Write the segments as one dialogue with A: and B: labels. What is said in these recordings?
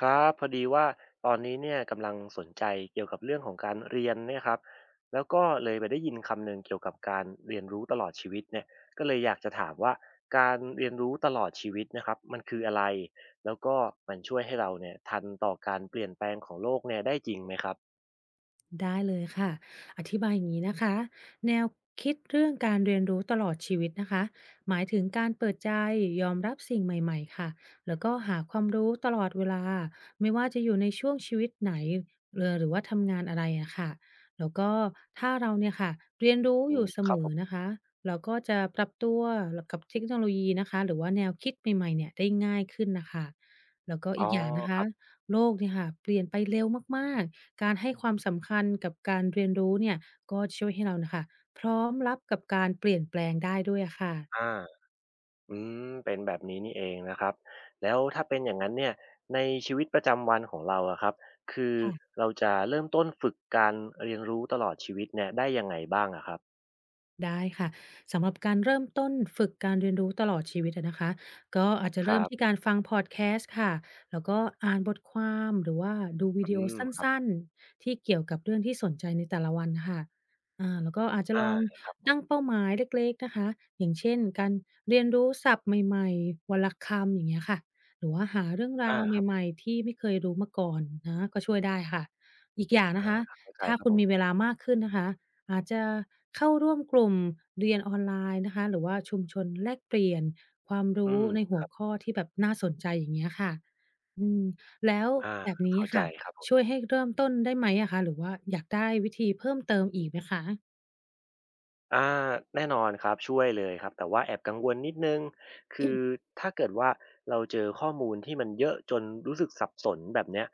A: ครับพอดีว่าตอนนี้เนี่ยกำลังสนใจเกี่ยวกับเรื่องของการเรียนเนี่ยครับแล้วก็เลยไปได้ยินคำหนึ่งเกี่ยวกับการเรียนรู้ตลอดชีวิตเนี่ยก็เลยอยากจะถามว่าการเรียนรู้ตลอดชีวิตนะครับมันคืออะไรแล้วก็มันช่วยให้เราเนี่ยทันต่อการเปลี่ยนแปลงของโลกเนี่ยได้จริงไหมครับ
B: ได้เลยค่ะอธิบายอย่างนี้นะคะ แนวคิดเรื่องการเรียนรู้ตลอดชีวิตนะคะหมายถึงการเปิดใจยอมรับสิ่งใหม่ๆค่ะแล้วก็หาความรู้ตลอดเวลา ไม่ว่าจะอยู่ในช่วงชีวิตไหนเรือหรือว่าทำงานอะไรอะค่ะแล้วก็ถ้าเราเนี่ยค่ะเรียนรู้
A: อื
B: อ
A: ม
B: ยู่เส
A: ค
B: ม
A: รับผ
B: อ
A: ม
B: นะคะเราก็จะปรับตัวกับเทคโนโลยีนะคะหรือว่าแนวคิดใหม่ๆเนี่ยได้ง่ายขึ้นนะคะแล้วก็
A: อ๋อ
B: อีกอย่างนะ
A: ค
B: คะ
A: รับ
B: โลกเนี่ยค่ะเปลี่ยนไปเร็วมากๆ การให้ความสำคัญกับการเรียนรู้เนี่ยก็ช่วยให้เราน่ะค่ะพร้อมรับกับการเปลี่ยนแปลงได้ด้วยอะค่ะ
A: อา อืมเป็นแบบนี้นี่เองนะครับแล้วถ้าเป็นอย่างนั้นเนี่ยในชีวิตประจำวันของเราอะครับคือเราจะเริ่มต้นฝึกการเรียนรู้ตลอดชีวิตเนี่ยได้ยังไงบ้างอะครับ
B: ได้ค่ะสำหรับการเริ่มต้นฝึกการเรียนรู้ตลอดชีวิตอะนะคะก็อาจจะ
A: ค
B: เริ่ม
A: รั
B: ที่
A: บ
B: การฟังพอดแคสต์ค่ะแล้วก็อ่านบทความหรือว่าดูวิ
A: อื
B: ดีโอ
A: ม
B: สั
A: ครับ
B: ้นๆที่เกี่ยวกับเรื่องที่สนใจในแต่ละวันค่ะแล้วก็อาจจะ
A: อา
B: ลอง
A: ครับผม
B: ตั้งเป้าหมายเล็กๆนะคะอย่างเช่นการเรียนรู้ศัพท์ใหม่ๆวลคำอย่างเงี้ยค่ะหรือว่าหาเรื่องรา
A: อา
B: ว
A: ครับ
B: ใหม่ๆที่ไม่เคยรู้มาก่อนนะก็ช่วยได้ค่ะอีกอย่างนะ
A: อา
B: คะ
A: เข้าใจ
B: ถ้า
A: ครับ
B: คุณ
A: ผม
B: มีเวลามากขึ้นนะคะ อาจจะเข้าร่วมกลุ่มเรียนออนไลน์นะคะหรือว่าชุมชนแลกเปลี่ยนความ
A: อื
B: รู้
A: ม
B: ใน
A: ค
B: หัว
A: รับ
B: ข้อที่แบบน่าสนใจอย่างเงี้ยค่ะอืมแล้ว
A: อา
B: แบบนี้
A: เข้าใจ
B: ค่ะ
A: ครับ
B: ช่วยให้เริ่มต้นได้ไหมอะคะหรือว่าอยากได้วิธีเพิ่มเติมอีกไหมคะ
A: อาแน่นอนครับช่วยเลยครับแต่ว่าแอบกังวลนิดหนึ่งคือถ้าเกิดว่าเราเจอข้อมูลที่มันเยอะจนรู้สึกสับสนแบบเนี้ย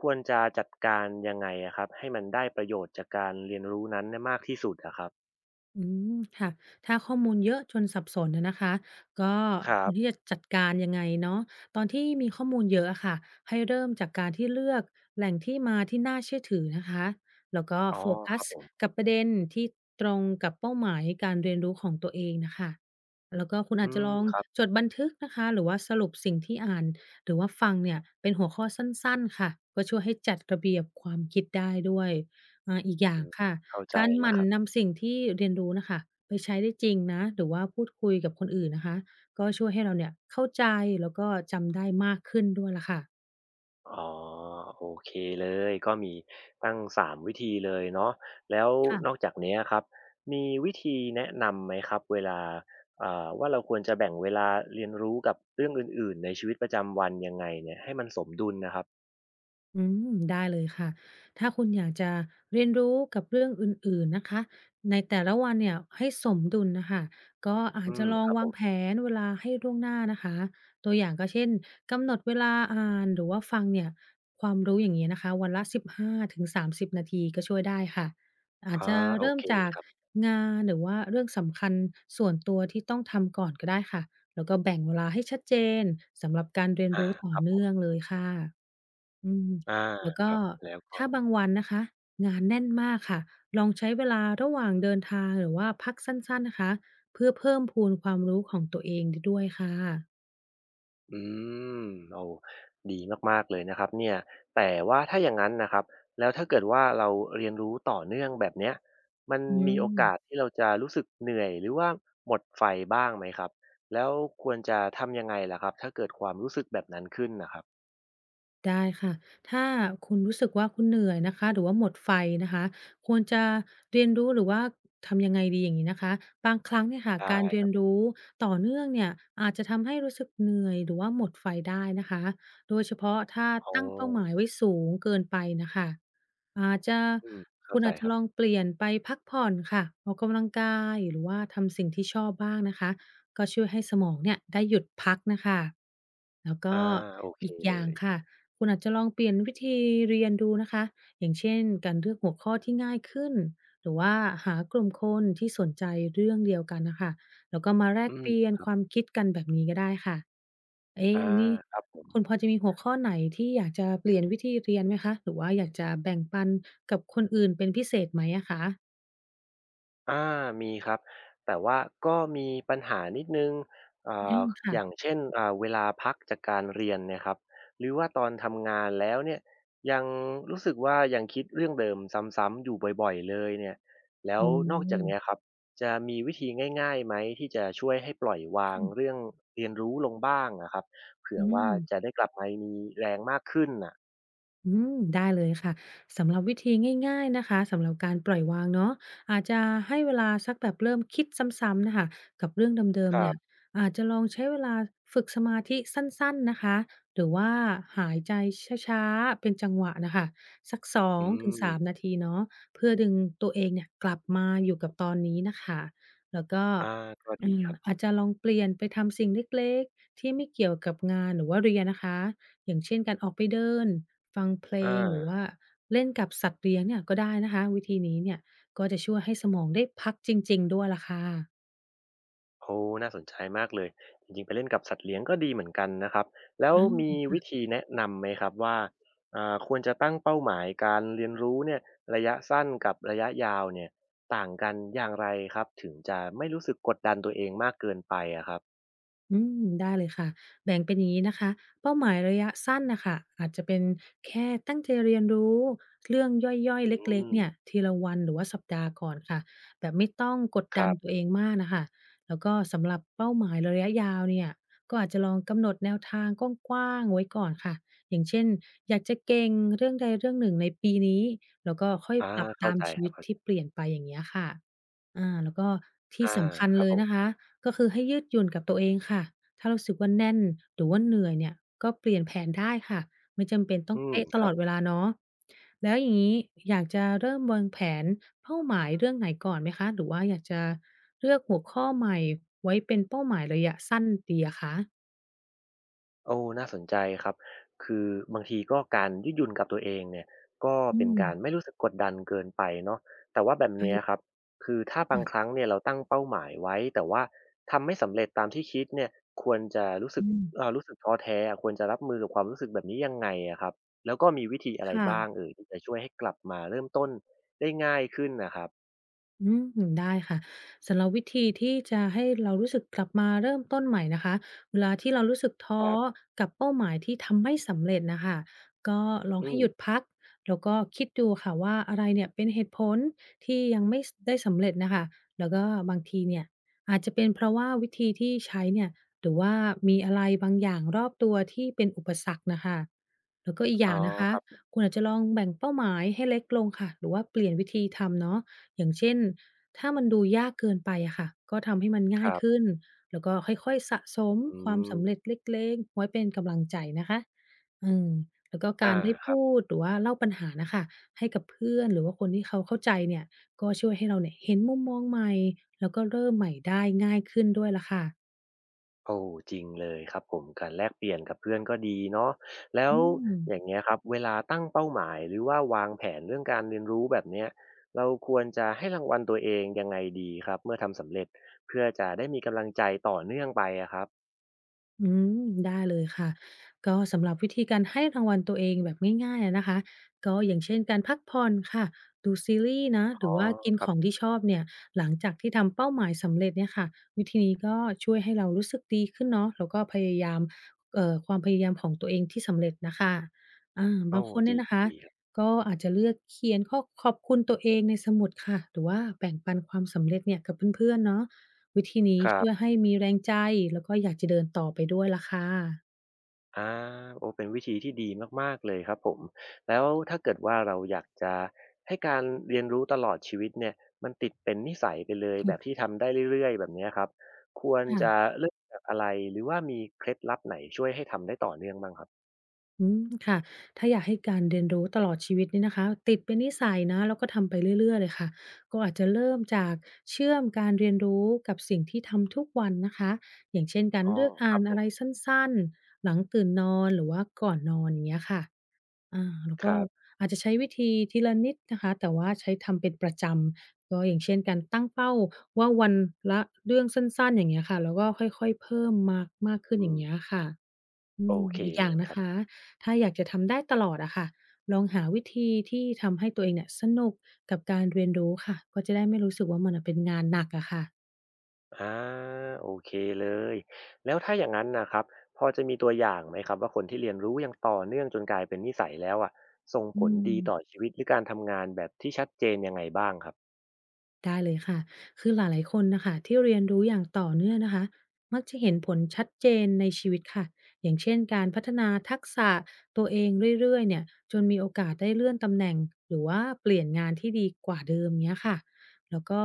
A: ควรจะจัดการยังไงอะครับให้มันได้ประโยชน์จากการเรียนรู้นั้นเนี่ยมากที่สุดอะครับ
B: อืมค่ะถ้าข้อมูลเยอะจนสับสนอะนะคะก็
A: ครั
B: คว
A: บ
B: รที่จะจัดการยังไงเนาะตอนที่มีข้อมูลเยอะอะค่ะให้เริ่มจากการที่เลือกแหล่งที่มาที่น่าเชื่อถือนะคะแล้วก็
A: อ๋อ
B: โฟ
A: ค
B: กั
A: รั
B: ส
A: บผม
B: กับประเด็นที่ตรงกับเป้าหมายการเรียนรู้ของตัวเองน่ะค่ะแล้วก็คุณ
A: อื
B: อาจจะ
A: ม
B: ลอง
A: ครับ
B: จดบันทึกนะคะหรือว่าสรุปสิ่งที่อ่านหรือว่าฟังเนี่ยเป็นหัวข้อสั้นๆค่ะก็ช่วยให้จัดระเบียบความคิดได้ด้วยอีกอย่า
A: อื
B: ง
A: ม
B: ค่ะ
A: เข้าใจ
B: การห
A: แล้ว
B: มั่น
A: ครับ
B: นำสิ่งที่เรียนรู้น่ะค่ะไปใช้ได้จริงนะหรือว่าพูดคุยกับคนอื่นนะคะก็ช่วยให้เราเนี่ยเข้าใจแล้วก็จำได้มากขึ้นด้วยล่ะค่ะ
A: อ๋อโอเคเลยก็มีตั้ง3วิธีเลยเนาะแล้วนอก
B: ค่ะ
A: จากเนี้ยครับมีวิธีแนะนำไหมครับเวลาว่าเราควรจะแบ่งเวลาเรียนรู้กับเรื่องอื่นๆในชีวิตประจำวันยังไงเนี่ยให้มันสมดุลนะครับ
B: อืมได้เลยค่ะ ถ้าคุณอยากจะเรียนรู้กับเรื่องอื่นๆนะคะในแต่ละวันเนี่ยให้สมดุลน่ะค่ะก็อา
A: อื
B: จ
A: ม
B: จะลอ
A: ค
B: ง
A: รับผ
B: วางแผ
A: ม
B: นเวลาให้ล่วงหน้านะคะตัวอย่างก็เช่นกำหนดเวลาอ่านหรือว่าฟังเนี่ยความรู้อย่างนี้นะคะวันละ15 ถึง 30นาทีก็ช่วยได้ค่ะอาจ
A: อา
B: จะ
A: โอ
B: เริ่ม
A: เค
B: จาก
A: ครับ
B: งานหรือว่าเรื่องสำคัญส่วนตัวที่ต้องทำก่อนก็ได้ค่ะ แล้วก็แบ่งเวลาให้ชัดเจนสำหรับการเรียน
A: อา
B: รู้ต่
A: ค
B: อ
A: รับผ
B: เนื่อง
A: ม
B: เลยค่ะอืม
A: อา
B: แล้ว
A: ค
B: ก็
A: รับแล้วก็
B: ถ้าบางวันนะคะงานแน่นมากค่ะลองใช้เวลาระหว่างเดินทางหรือว่าพักสั้นๆนะคะเพื่อเพิ่มพูนความรู้ของตัวเองได้ด้วยค่ะ
A: อืมโอ้ดีมากๆเลยนะครับเนี่ยแต่ว่าถ้าอย่างงั้นนะครับแล้วถ้าเกิดว่าเราเรียนรู้ต่อเนื่องแบบเนี้ยมัน
B: อื
A: มี
B: ม
A: โอกาสที่เราจะรู้สึกเหนื่อยหรือว่าหมดไฟบ้างไหมครับแล้วควรจะทำยังไงล่ะครับถ้าเกิดความรู้สึกแบบนั้นขึ้นนะครับ
B: ได้ค่ะ ถ้าคุณรู้สึกว่าคุณเหนื่อยนะคะ หรือว่าหมดไฟนะคะควรจะเรียนรู้หรือว่าทำยังไงดีอย่างนี้นะคะบางครั้งเนี่ยค่ะ
A: ได้
B: การเรี
A: ค
B: ย
A: รั
B: น
A: บ
B: รู้ต่อเนื่องเนี่ยอาจจะทำให้รู้สึกเหนื่อยหรือว่าหมดไฟได้นะคะ โดยเฉพาะถ้า
A: อ๋
B: ตั้งเป้าหมาย
A: อ
B: ไว้สูงเกินไปนะคะอาจจะ
A: อืมเข้า
B: คุณ
A: ใจ
B: อาจ
A: ค
B: จะ
A: รับ
B: ลองเปลี่ยนไปพักผ่อนค่ะออกกำลังกายหรือว่าทำสิ่งที่ชอบบ้างนะคะก็ช่วยให้สมองเนี่ยได้หยุดพักนะคะแล้วก็
A: อาโอเค
B: อีกอ
A: เล
B: ย่าง
A: ย
B: ค่ะ คุณอาจจะลองเปลี่ยนวิธีเรียนดูนะคะอย่างเช่นการเลือกหัวข้อที่ง่ายขึ้นหรือว่าหากลุ่มคนที่สนใจเรื่องเดียวกันนะคะแล้วก็มาแล
A: อื
B: กเปลี่ย
A: ม
B: นความคิดกันแบบนี้ก็ได้ค่ะเอ๊ะ
A: อา
B: แล้วนี่
A: ครับผม
B: คุณพอจะมีหัวข้อไหนที่อยากจะเปลี่ยนวิธีเรียนไหมคะหรือว่าอยากจะแบ่งปันกับคนอื่นเป็นพิเศษไหมอะคะ
A: อามีครับแต่ว่าก็มีปัญหานิดนึงอ่
B: อื
A: า
B: มค่ะ
A: อย่างเช่นเวลาพักจากการเรียนเนี่ยครับหรือว่าตอนทำงานแล้วเนี่ยยังรู้สึกว่ายังคิดเรื่องเดิมซ้ำๆอยู่บ่อยๆเลยเนี่ยแล้
B: อ๋
A: วนอกจากเนี้
B: อ
A: ยครับจะมีวิธีง่ายๆไหมที่จะช่วยให้ปล่อยวางเรื่องเรียนรู้ลงบ้างนะครับเผื่อ
B: อื
A: ว่า
B: ม
A: จะได้กลับมามีแรงมากขึ้นน่ะ
B: อืมได้เลยค่ะสำหรับวิธีง่ายๆนะคะสำหรับการปล่อยวางเนาะอาจจะให้เวลาสักแบบเริ่มคิดซ้ำๆน่ะค่ะกับเรื่องเดิ
A: ค
B: มๆ
A: รั
B: เนี่ย
A: บ
B: อาจจะลองใช้เวลาฝึกสมาธิสั้นๆนะคะหรือว่าหายใจช้าๆเป็นจังหวะน่ะค่ะสัก
A: อื
B: 2-3
A: ม
B: นาทีเนาะเพื่อดึงตัวเองเนี่ยกลับมาอยู่กับตอนนี้น่ะค่ะแล้วก็
A: อ่าก็ดี
B: อืม
A: ครับ
B: อาจจะลองเปลี่ยนไปทำสิ่งเล็กๆที่ไม่เกี่ยวกับงานหรือว่าเรียนนะคะ อย่างเช่นการออกไปเดินฟังเพลงหรือ
A: อา
B: ว่าเล่นกับสัตว์เลี้ยงเนี่ยก็ได้นะคะวิธีนี้เนี่ยก็จะช่วยให้สมองได้พักจริงๆด้วยล่ะค่ะ
A: โอ้น่าสนใจมากเลยจริงๆไปเล่นกับสัตว์เลี้ยงก็ดีเหมือนกันนะครับแล้ว
B: อ
A: มี
B: า
A: วิธีแนะนำไหมครับว่าควรจะตั้งเป้าหมายการเรียนรู้เนี่ยระยะสั้นกับระยะยาวเนี่ยต่างกันอย่างไรครับถึงจะไม่รู้สึกกดดันตัวเองมากเกินไปอะครับ
B: อืมได้เลยค่ะแบ่งเป็นอย่างนี้นะคะเป้าหมายระยะสั้นนะคะอาจจะเป็นแค่ตั้งใจเรียนรู้เรื่องย่อย
A: อื
B: ๆเล็กๆ
A: ม
B: เนี่ยทีละวันหรือว่าสัปดาห์ก่อนค่ะแบบไม่ต้องกด
A: ค
B: ดัน
A: รั
B: ตั
A: บ
B: วเองมากนะคะแล้วก็สำหรับเป้าหมายระยะยาวเนี่ยก็อาจจะลองกำหนดแนวทางกว้างๆไว้ก่อนค่ะอย่างเช่นอยากจะเก่งเรื่องใดเรื่องหนึ่งในปีนี้แล้วก็ค่อย
A: อา
B: ปรับ
A: เข้า
B: ตาม
A: ใจ
B: ชี
A: ครั
B: วิ
A: บ
B: ต
A: เข้าใจ
B: ที่เปลี่ยนไปอย่างเงี้ยค่ะอาแล้วก็ที่
A: อา
B: สำคัญ
A: ครับ
B: เลย
A: ผ
B: นะ
A: ม
B: คะ ก็คือให้ยืดหยุ่นกับตัวเองค่ะ ถ้ารู้สึกว่าแน่นหรือว่าเหนื่อยเนี่ยก็เปลี่ยนแผนได้ค่ะไม่จำเป็นต้อ
A: อื
B: ง
A: ม
B: เป๊ะต
A: ค
B: ล
A: รั
B: อ
A: บ
B: ดเวลาเนาะแล้วอย่างนี้อยากจะเริ่มวางแผนเป้าหมายเรื่องไหนก่อนไหมคะหรือว่าอยากจะเลือกหัวข้อใหม่ไว้เป็นเป้าหมายระยะสั้นดีอะคะ
A: โอ้น่าสนใจครับคือบางทีก็การยืดหยุ่นกับตัวเองเนี่ยก็
B: อื
A: เป็น
B: ม
A: การไม่รู้สึกกดดันเกินไปเนาะแต่ว่าแบบเนี้ยครั
B: ใ
A: บคือ
B: ช่
A: ถ้าบาง
B: ค่
A: ครั้ง
B: ะ
A: เนี่ยเราตั้งเป้าหมายไว้แต่ว่าทำไม่สำเร็จตามที่คิดเนี่ยควรจะรู้สึก
B: อืม
A: รู้สึกท้อแท้อะควรจะรับมือกับความรู้สึกแบบนี้ยังไงอะครับแล้วก็มีวิธีอะไรบ้าง
B: ค่ะ
A: เอ่ยที่จะช่วยให้กลับมาเริ่มต้นได้ง่ายขึ้นน่ะครับ
B: อืมได้ค่ะสำหรับวิธีที่จะให้เรารู้สึกกลับมาเริ่มต้นใหม่นะคะเวลาที่เรารู้สึก
A: ค
B: ท้อ
A: รับ
B: กับเป้าหมายที่ทำไม่สำเร็จนะคะก็ลอง
A: อื
B: ให้
A: ม
B: หยุดพักแล้วก็คิดดูค่ะว่าอะไรเนี่ยเป็นเหตุผลที่ยังไม่ได้สำเร็จนะคะแล้วก็บางทีเนี่ยอาจจะเป็นเพราะว่าวิธีที่ใช้เนี่ยหรือว่ามีอะไรบางอย่างรอบตัวที่เป็นอุปสรรคนะคะแล้วก็อีกอ
A: อ๋อ
B: ย่างนะคะ
A: ค
B: คุณอาจจะลองแบ่งเป้าหมายให้เล็กลงค่ะหรือว่าเปลี่ยนวิธีทำเนาะ อย่างเช่นถ้ามันดูยากเกินไปอะค่ะก็ทำให้มันง่าย
A: รับ
B: ขึ้นแล้วก็ค่อยๆสะสม
A: ๆอื
B: ความ
A: ม
B: สำเร็จเล็กๆไว้เป็นกำลังใจนะคะอืมแล้วก็
A: อา
B: การได้
A: ครั
B: พู
A: บ
B: ดหรือว่าเล่าปัญหาน่ะค่ะให้กับเพื่อนหรือว่าคนที่เขาเข้าใจเนี่ยก็ช่วยให้เราเนี่ยเห็นมุมมองใหม่แล้วก็เริ่มใหม่ได้ง่ายขึ้นด้วยล่ะค่ะ
A: โอ้จริงเลยครับผมการแลกเปลี่ยนกับเพื่อนก็ดีเนาะแล้ว
B: อืม
A: อย่างเงี้ยครับเวลาตั้งเป้าหมายหรือว่าวางแผนเรื่องการเรียนรู้แบบเนี้ยเราควรจะให้รางวัลตัวเองยังไงดีครับเมื่อทำสำเร็จเพื่อจะได้มีกำลังใจต่อเนื่องไปอะครับ
B: อืมได้เลยค่ะก็สำหรับวิธีการให้รางวัลตัวเองแบบง่ายๆอะนะคะก็อย่างเช่นการพักผ่อนค่ะดูซีรีส์นะ
A: อ๋
B: ห
A: อ
B: รือว่ากิน
A: ครั
B: ข
A: บ
B: องที่ชอบเนี่ยหลังจากที่ทำเป้าหมายสำเร็จเนี่ยค่ะวิธีนี้ก็ช่วยให้เรารู้สึกดีขึ้นเนาะแล้วก็พยายามความพยายามของตัวเองที่สำเร็จนะคะอา
A: โอ้
B: บางคนเนี่
A: ดี
B: ยนะคะ
A: ดีครับ
B: ก็อาจจะเลือกเขียนข้อขอบคุณตัวเองในสมุดค่ะหรือว่าแบ่งปันความสำเร็จเนี่ยกับเพื่อนๆเนาะ วิธีนี้
A: ครับ
B: ช่วยให้มีแรงใจแล้วก็อยากจะเดินต่อไปด้วยล่ะค่ะ
A: อาโอ้เป็นวิธีที่ดีมากๆเลยครับผมแล้วถ้าเกิดว่าเราอยากจะให้การเรียนรู้ตลอดชีวิตเนี่ยมันติดเป็นนิสัยไปเลยแบบที่ทำได้เรื่อยๆแบบเนี้ยครับควรจะ
B: ค่ะ
A: เริ่มจากอะไรหรือว่ามีเคล็ดลับไหนช่วยให้ทำได้ต่อเนื่องบ้างครับ
B: อืมค่ะถ้าอยากให้การเรียนรู้ตลอดชีวิตนี่นะคะติดเป็นนิสัยนะแล้วก็ทำไปเรื่อยๆเลยค่ะก็อาจจะเริ่มจากเชื่อมการเรียนรู้กับสิ่งที่ทำทุกวันนะคะอย่างเช่นการ
A: อ้อ
B: เลือก
A: ค
B: อ่า
A: รับ
B: น
A: ผ
B: อะ
A: ม
B: ไรสั้นๆหลังตื่นนอนหรือว่าก่อนนอนอย่างเงี้ยค่ะ อาแล้ว
A: ค
B: ก็
A: รับ
B: อาจจะใช้วิธีทีละนิดนะคะแต่ว่าใช้ทำเป็นประจำก็อย่างเช่นการตั้งเป้าว่าวันละเรื่องสั้นๆอย่างเงี้ยค่ะแล้วก็ค่อยๆเพิ่มมากมากขึ้นอ
A: อื
B: ย่าง
A: ม
B: เงี้ยค่ะอื
A: โอ
B: ม
A: เค
B: อีกอ
A: เล
B: ย่าง
A: ยค
B: นะ
A: รับ
B: คะถ้าอยากจะทำได้ตลอดอะค่ะลองหาวิธีที่ทำให้ตัวเองเนี่ยสนุกกับการเรียนรู้ค่ะก็จะได้ไม่รู้สึกว่ามันน่ะเป็นงานหนักอะค่ะ
A: อาโอเคเลยแล้วถ้าอย่างนั้นนะครับพอจะมีตัวอย่างไหมครับว่าคนที่เรียนรู้อย่างต่อเนื่องจนกลายเป็นนิสัยแล้วอะส่งผ
B: อื
A: ล
B: ม
A: ดีต่อชีวิตหรือการทำงานแบบที่ชัดเจนยังไงบ้างครับ
B: ได้เลยค่ะ คือหลายๆคนนะคะที่เรียนรู้อย่างต่อเนื่องนะคะมักจะเห็นผลชัดเจนในชีวิตค่ะอย่างเช่นการพัฒนาทักษะตัวเองเรื่อยๆเนี่ยจนมีโอกาสได้เลื่อนตำแหน่งหรือว่าเปลี่ยนงานที่ดีกว่าเดิมเนี้ยค่ะแล้วก็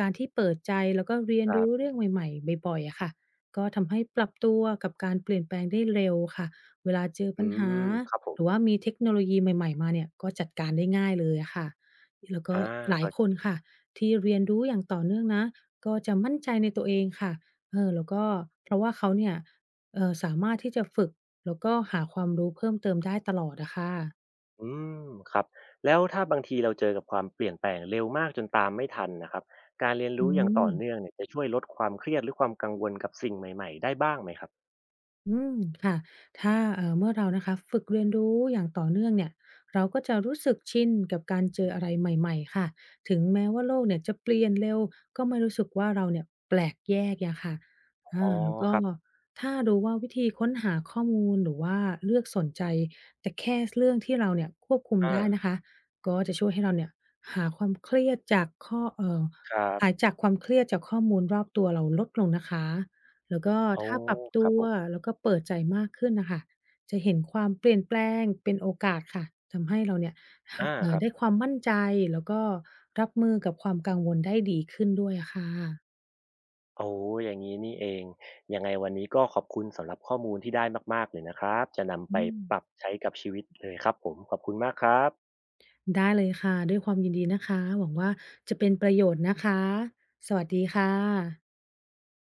B: การที่เปิดใจแล้วก็เรียน
A: ครั
B: รู้
A: บ
B: เรื่องใหม่ๆบ่อยๆอะค่ะก็ทำให้ปรับตัวกับการเปลี่ยนแปลงได้เร็วค่ะเวลาเจอ
A: อื
B: ปัญหา
A: มครับผ
B: ห
A: ม
B: รือว่ามีเทคโนโลยีใหม่ๆมาเนี่ยก็จัดการได้ง่ายเลยอะค่ะแล้วก็
A: อา
B: หลาย
A: ก็
B: ค
A: จ
B: น
A: ริง
B: ค่ะ ที่เรียนรู้อย่างต่อเนื่องนะก็จะมั่นใจในตัวเองค่ะเออแล้วก็เพราะว่าเขาเนี่ยสามารถที่จะฝึกแล้วก็หาความรู้เพิ่มเติมได้ตลอดอะค่ะ
A: อืมครับแล้วถ้าบางทีเราเจอกับความเปลี่ยนแปลงเร็วมากจนตามไม่ทันนะครับการเรียน
B: อื
A: รู้อย่าง
B: ม
A: ต่อเนื่องเนี่ยจะช่วยลดความเครียดหรือความกังวลกับสิ่งใหม่ๆได้บ้างไหมครับ
B: อืมค่ะถ้าเมื่อเรานะคะฝึกเรียนรู้อย่างต่อเนื่องเนี่ยเราก็จะรู้สึกชินกับการเจออะไรใหม่ๆค่ะถึงแม้ว่าโลกเนี่ยจะเปลี่ยนเร็วก็ไม่รู้สึกว่าเราเนี่ยแปลกแยกอย่างค่ะ
A: อ๋
B: อา
A: อ
B: แล้วก็
A: ครับ
B: ถ้ารู้ว่าวิธีค้นหาข้อมูลหรือว่าเลือกสนใจแต่แค่เรื่องที่เราเนี่ยควบคุมได้
A: อา
B: นะคะก็จะช่วยให้เราเนี่ยหาความเครียดจากข้อ
A: ครั
B: หาย
A: บ
B: จากความเครียดจากข้อมูลรอบตัวเราลดลงนะคะ แล้วก็
A: โอ้
B: ถ้าปรับ
A: ค
B: ตั
A: รับ
B: ว
A: ผม
B: แล้วก็เปิดใจมากขึ้นน่ะค่ะจะเห็นความเปลี่ยนแปลงเป็นโอกาสค่ะทำให้เราเนี่ยห
A: อาครับ
B: ได้ความมั่นใจแล้วก็รับมือกับความกังวลได้ดีขึ้นด้วยอะค่ะ
A: โอ้อย่างงี้นี่เองยังไงวันนี้ก็ขอบคุณสำหรับข้อมูลที่ได้มากๆเลยนะครับจะนำไป
B: อืม
A: ปรับใช้กับชีวิตเลยครับผมขอบคุณมากครับ
B: ได้เลยค่ะด้วยความยินดีนะคะหวังว่าจะเป็นประโยชน์นะคะสวัสดีค่ะ